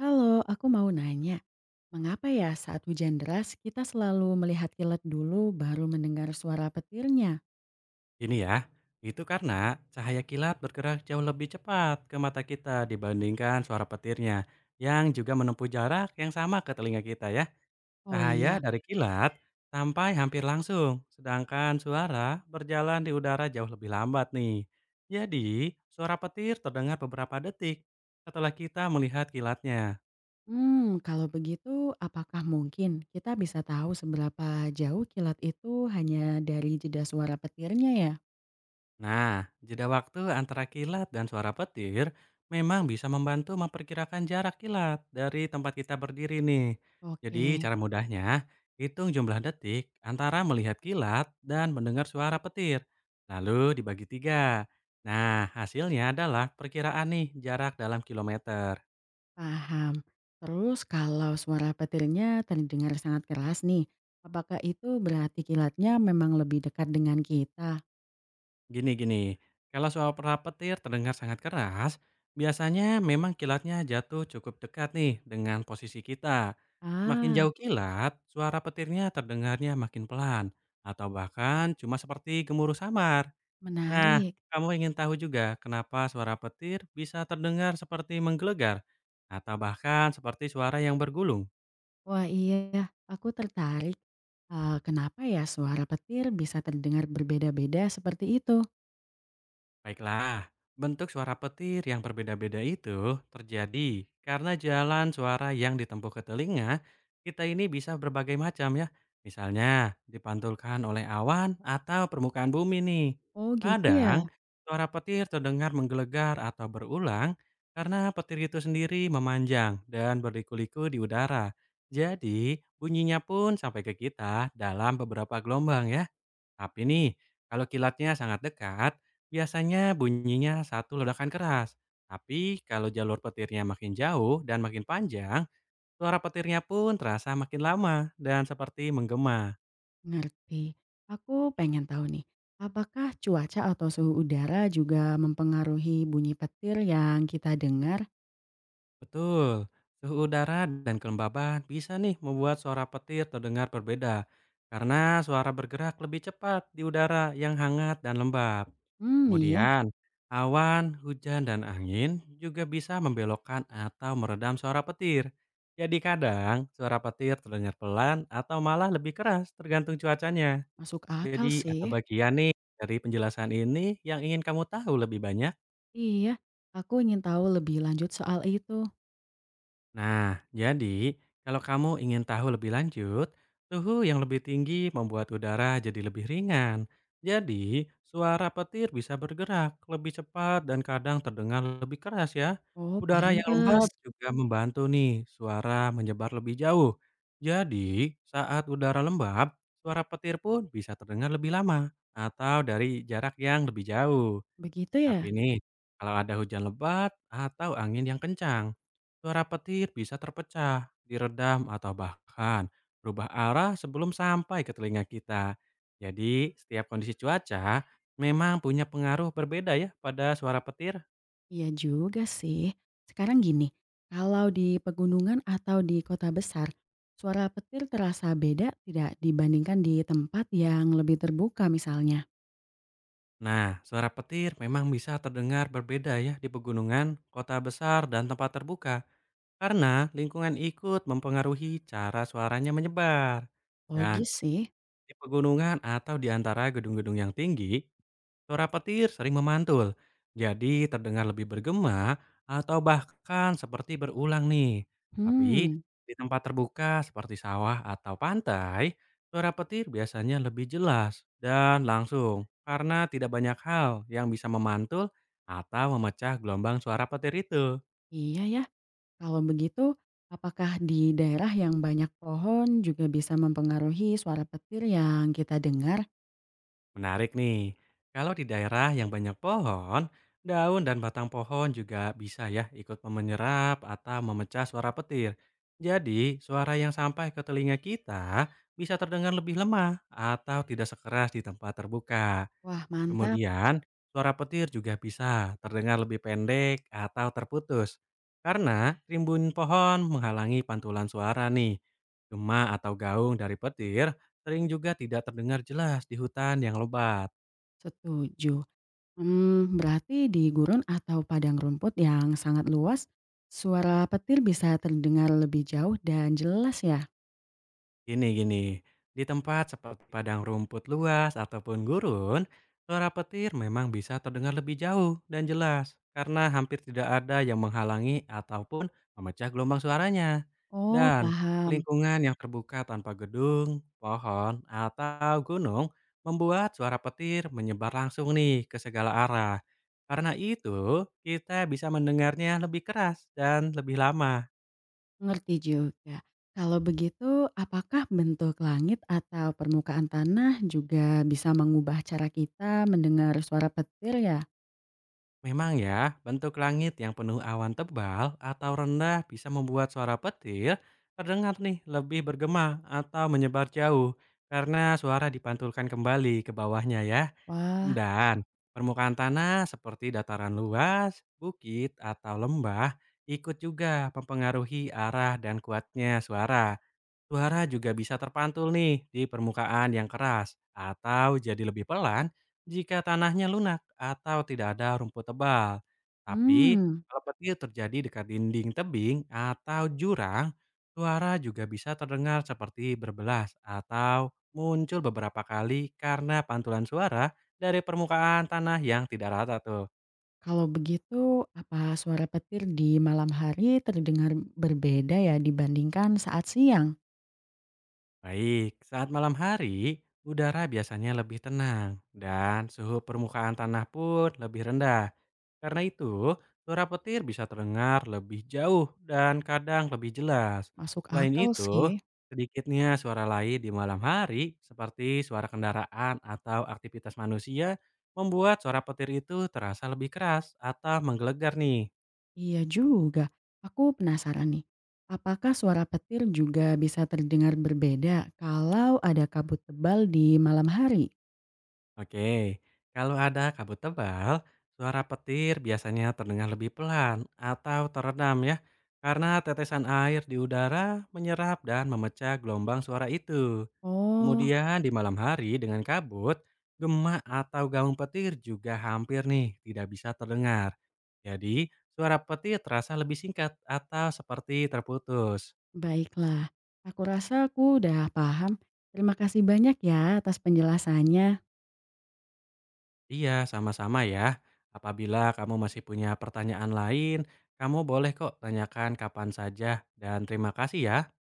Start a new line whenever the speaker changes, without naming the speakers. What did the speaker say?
Halo, aku mau nanya, mengapa ya saat hujan deras kita selalu melihat kilat dulu baru mendengar suara petirnya?
Ini ya, itu karena cahaya kilat bergerak jauh lebih cepat ke mata kita dibandingkan suara petirnya yang juga menempuh jarak yang sama ke telinga kita ya.
Oh
Cahaya
iya.
dari kilat sampai hampir langsung, sedangkan suara berjalan di udara jauh lebih lambat nih. Jadi, suara petir terdengar beberapa detik setelah kita melihat kilatnya.
Hmm, kalau begitu apakah mungkin kita bisa tahu seberapa jauh kilat itu hanya dari jeda suara petirnya ya?
Nah, jeda waktu antara kilat dan suara petir memang bisa membantu memperkirakan jarak kilat dari tempat kita berdiri nih. Jadi
Oke.
cara mudahnya, hitung jumlah detik antara melihat kilat dan mendengar suara petir. Lalu dibagi tiga. Nah, hasilnya adalah perkiraan nih jarak dalam kilometer.
Paham. Terus kalau suara petirnya terdengar sangat keras nih, apakah itu berarti kilatnya memang lebih dekat dengan kita?
Gini-gini, kalau soal pera petir terdengar sangat keras, biasanya memang kilatnya jatuh cukup dekat nih dengan posisi kita. Makin
Ah,
jauh kilat, suara petirnya terdengarnya makin pelan, atau bahkan cuma seperti gemuruh samar. Nah,
menarik.
kamu ingin tahu juga kenapa suara petir bisa terdengar seperti menggelegar, atau bahkan seperti suara yang bergulung?
Wah iya, aku tertarik. Kenapa ya suara petir bisa terdengar berbeda-beda seperti itu?
Baiklah, bentuk suara petir yang berbeda-beda itu terjadi karena jalan suara yang ditempuh ke telinga kita ini bisa berbagai macam ya. Misalnya dipantulkan oleh awan atau permukaan bumi nih.
Oh gitu ya?
Kadang suara petir terdengar menggelegar atau berulang karena petir itu sendiri memanjang dan berliku-liku di udara. Jadi bunyinya pun sampai ke kita dalam beberapa gelombang ya. Tapi nih, kalau kilatnya sangat dekat, biasanya bunyinya satu ledakan keras. Tapi kalau jalur petirnya makin jauh dan makin panjang, suara petirnya pun terasa makin lama dan seperti menggema.
Ngerti. Aku pengen tahu nih, apakah cuaca atau suhu udara juga mempengaruhi bunyi petir yang kita dengar?
Betul, suhu udara dan kelembaban bisa nih membuat suara petir terdengar berbeda karena suara bergerak lebih cepat di udara yang hangat dan lembab.
Hmm iya,
Kemudian, awan, hujan, dan angin juga bisa membelokkan atau meredam suara petir. Jadi kadang suara petir terdengar pelan atau malah lebih keras tergantung cuacanya.
masuk akal
Jadi ada
sih.
bagian nih dari penjelasan ini yang ingin kamu tahu lebih banyak.
Iya, aku ingin tahu lebih lanjut soal itu.
Nah, jadi kalau kamu ingin tahu lebih lanjut, suhu yang lebih tinggi membuat udara jadi lebih ringan. Jadi, suara petir bisa bergerak lebih cepat dan kadang terdengar lebih keras ya.
Oh
Udara yang lembab
pantes,
juga membantu nih suara menyebar lebih jauh. Jadi, saat udara lembab, suara petir pun bisa terdengar lebih lama atau dari jarak yang lebih jauh.
begitu
Tapi
ya?
nih, kalau ada hujan lebat atau angin yang kencang, suara petir bisa terpecah, diredam, atau bahkan berubah arah sebelum sampai ke telinga kita. Jadi, setiap kondisi cuaca memang punya pengaruh berbeda ya pada suara petir.
Iya juga sih. Sekarang gini, kalau di pegunungan atau di kota besar, suara petir terasa beda tidak dibandingkan di tempat yang lebih terbuka misalnya.
Nah, suara petir memang bisa terdengar berbeda ya di pegunungan, kota besar, dan tempat terbuka. Karena lingkungan ikut mempengaruhi cara suaranya menyebar. Dan
Logis sih.
di pegunungan atau di antara gedung-gedung yang tinggi, suara petir sering memantul, jadi terdengar lebih bergema atau bahkan seperti berulang nih. Tapi
Hmm,
di tempat terbuka seperti sawah atau pantai, suara petir biasanya lebih jelas dan langsung karena tidak banyak hal yang bisa memantul atau memecah gelombang suara petir itu.
iya ya. Kalau begitu, apakah di daerah yang banyak pohon juga bisa mempengaruhi suara petir yang kita dengar?
Menarik nih. Kalau di daerah yang banyak pohon, daun dan batang pohon juga bisa ya ikut menyerap atau memecah suara petir. Jadi, suara yang sampai ke telinga kita bisa terdengar lebih lemah atau tidak sekeras di tempat terbuka.
Wah, mantap.
Kemudian, suara petir juga bisa terdengar lebih pendek atau terputus karena rimbun pohon menghalangi pantulan suara nih. Gema atau gaung dari petir sering juga tidak terdengar jelas di hutan yang lebat.
Setuju. Hmm, berarti di gurun atau padang rumput yang sangat luas, suara petir bisa terdengar lebih jauh dan jelas ya?
Gini gini, di tempat seperti padang rumput luas ataupun gurun, suara petir memang bisa terdengar lebih jauh dan jelas karena hampir tidak ada yang menghalangi ataupun memecah gelombang suaranya.
Oh
Dan
paham,
lingkungan yang terbuka tanpa gedung, pohon, atau gunung membuat suara petir menyebar langsung nih ke segala arah. Karena itu, kita bisa mendengarnya lebih keras dan lebih lama.
ngerti juga. Kalau begitu, apakah bentuk langit atau permukaan tanah juga bisa mengubah cara kita mendengar suara petir ya?
Memang ya, bentuk langit yang penuh awan tebal atau rendah bisa membuat suara petir terdengar nih lebih bergema atau menyebar jauh karena suara dipantulkan kembali ke bawahnya ya.
Wah,
Dan permukaan tanah seperti dataran luas, bukit atau lembah ikut juga mempengaruhi arah dan kuatnya suara. Suara juga bisa terpantul nih di permukaan yang keras atau jadi lebih pelan jika tanahnya lunak atau tidak ada rumput tebal. Tapi
hmm,
kalau petir terjadi dekat dinding tebing atau jurang, suara juga bisa terdengar seperti berbelas atau muncul beberapa kali karena pantulan suara dari permukaan tanah yang tidak rata tuh.
kalau begitu apa suara petir di malam hari terdengar berbeda ya dibandingkan saat siang?
Baik, saat malam hari, udara biasanya lebih tenang dan suhu permukaan tanah pun lebih rendah. Karena itu, suara petir bisa terdengar lebih jauh dan kadang lebih jelas.
Masuk
Selain
akal
itu,
sih.
sedikitnya suara lain di malam hari, seperti suara kendaraan atau aktivitas manusia, membuat suara petir itu terasa lebih keras atau menggelegar nih.
Iya juga. Aku penasaran nih, apakah suara petir juga bisa terdengar berbeda kalau ada kabut tebal di malam hari?
Oke, kalau ada kabut tebal, suara petir biasanya terdengar lebih pelan atau teredam ya, karena tetesan air di udara menyerap dan memecah gelombang suara itu.
Oh,
Kemudian di malam hari dengan kabut, gema atau gaung petir juga hampir nih tidak bisa terdengar. Jadi suara petir terasa lebih singkat atau seperti terputus.
baiklah. Aku rasa aku udah paham. Terima kasih banyak ya atas penjelasannya.
Iya sama-sama ya. Apabila kamu masih punya pertanyaan lain, kamu boleh kok tanyakan kapan saja dan terima kasih ya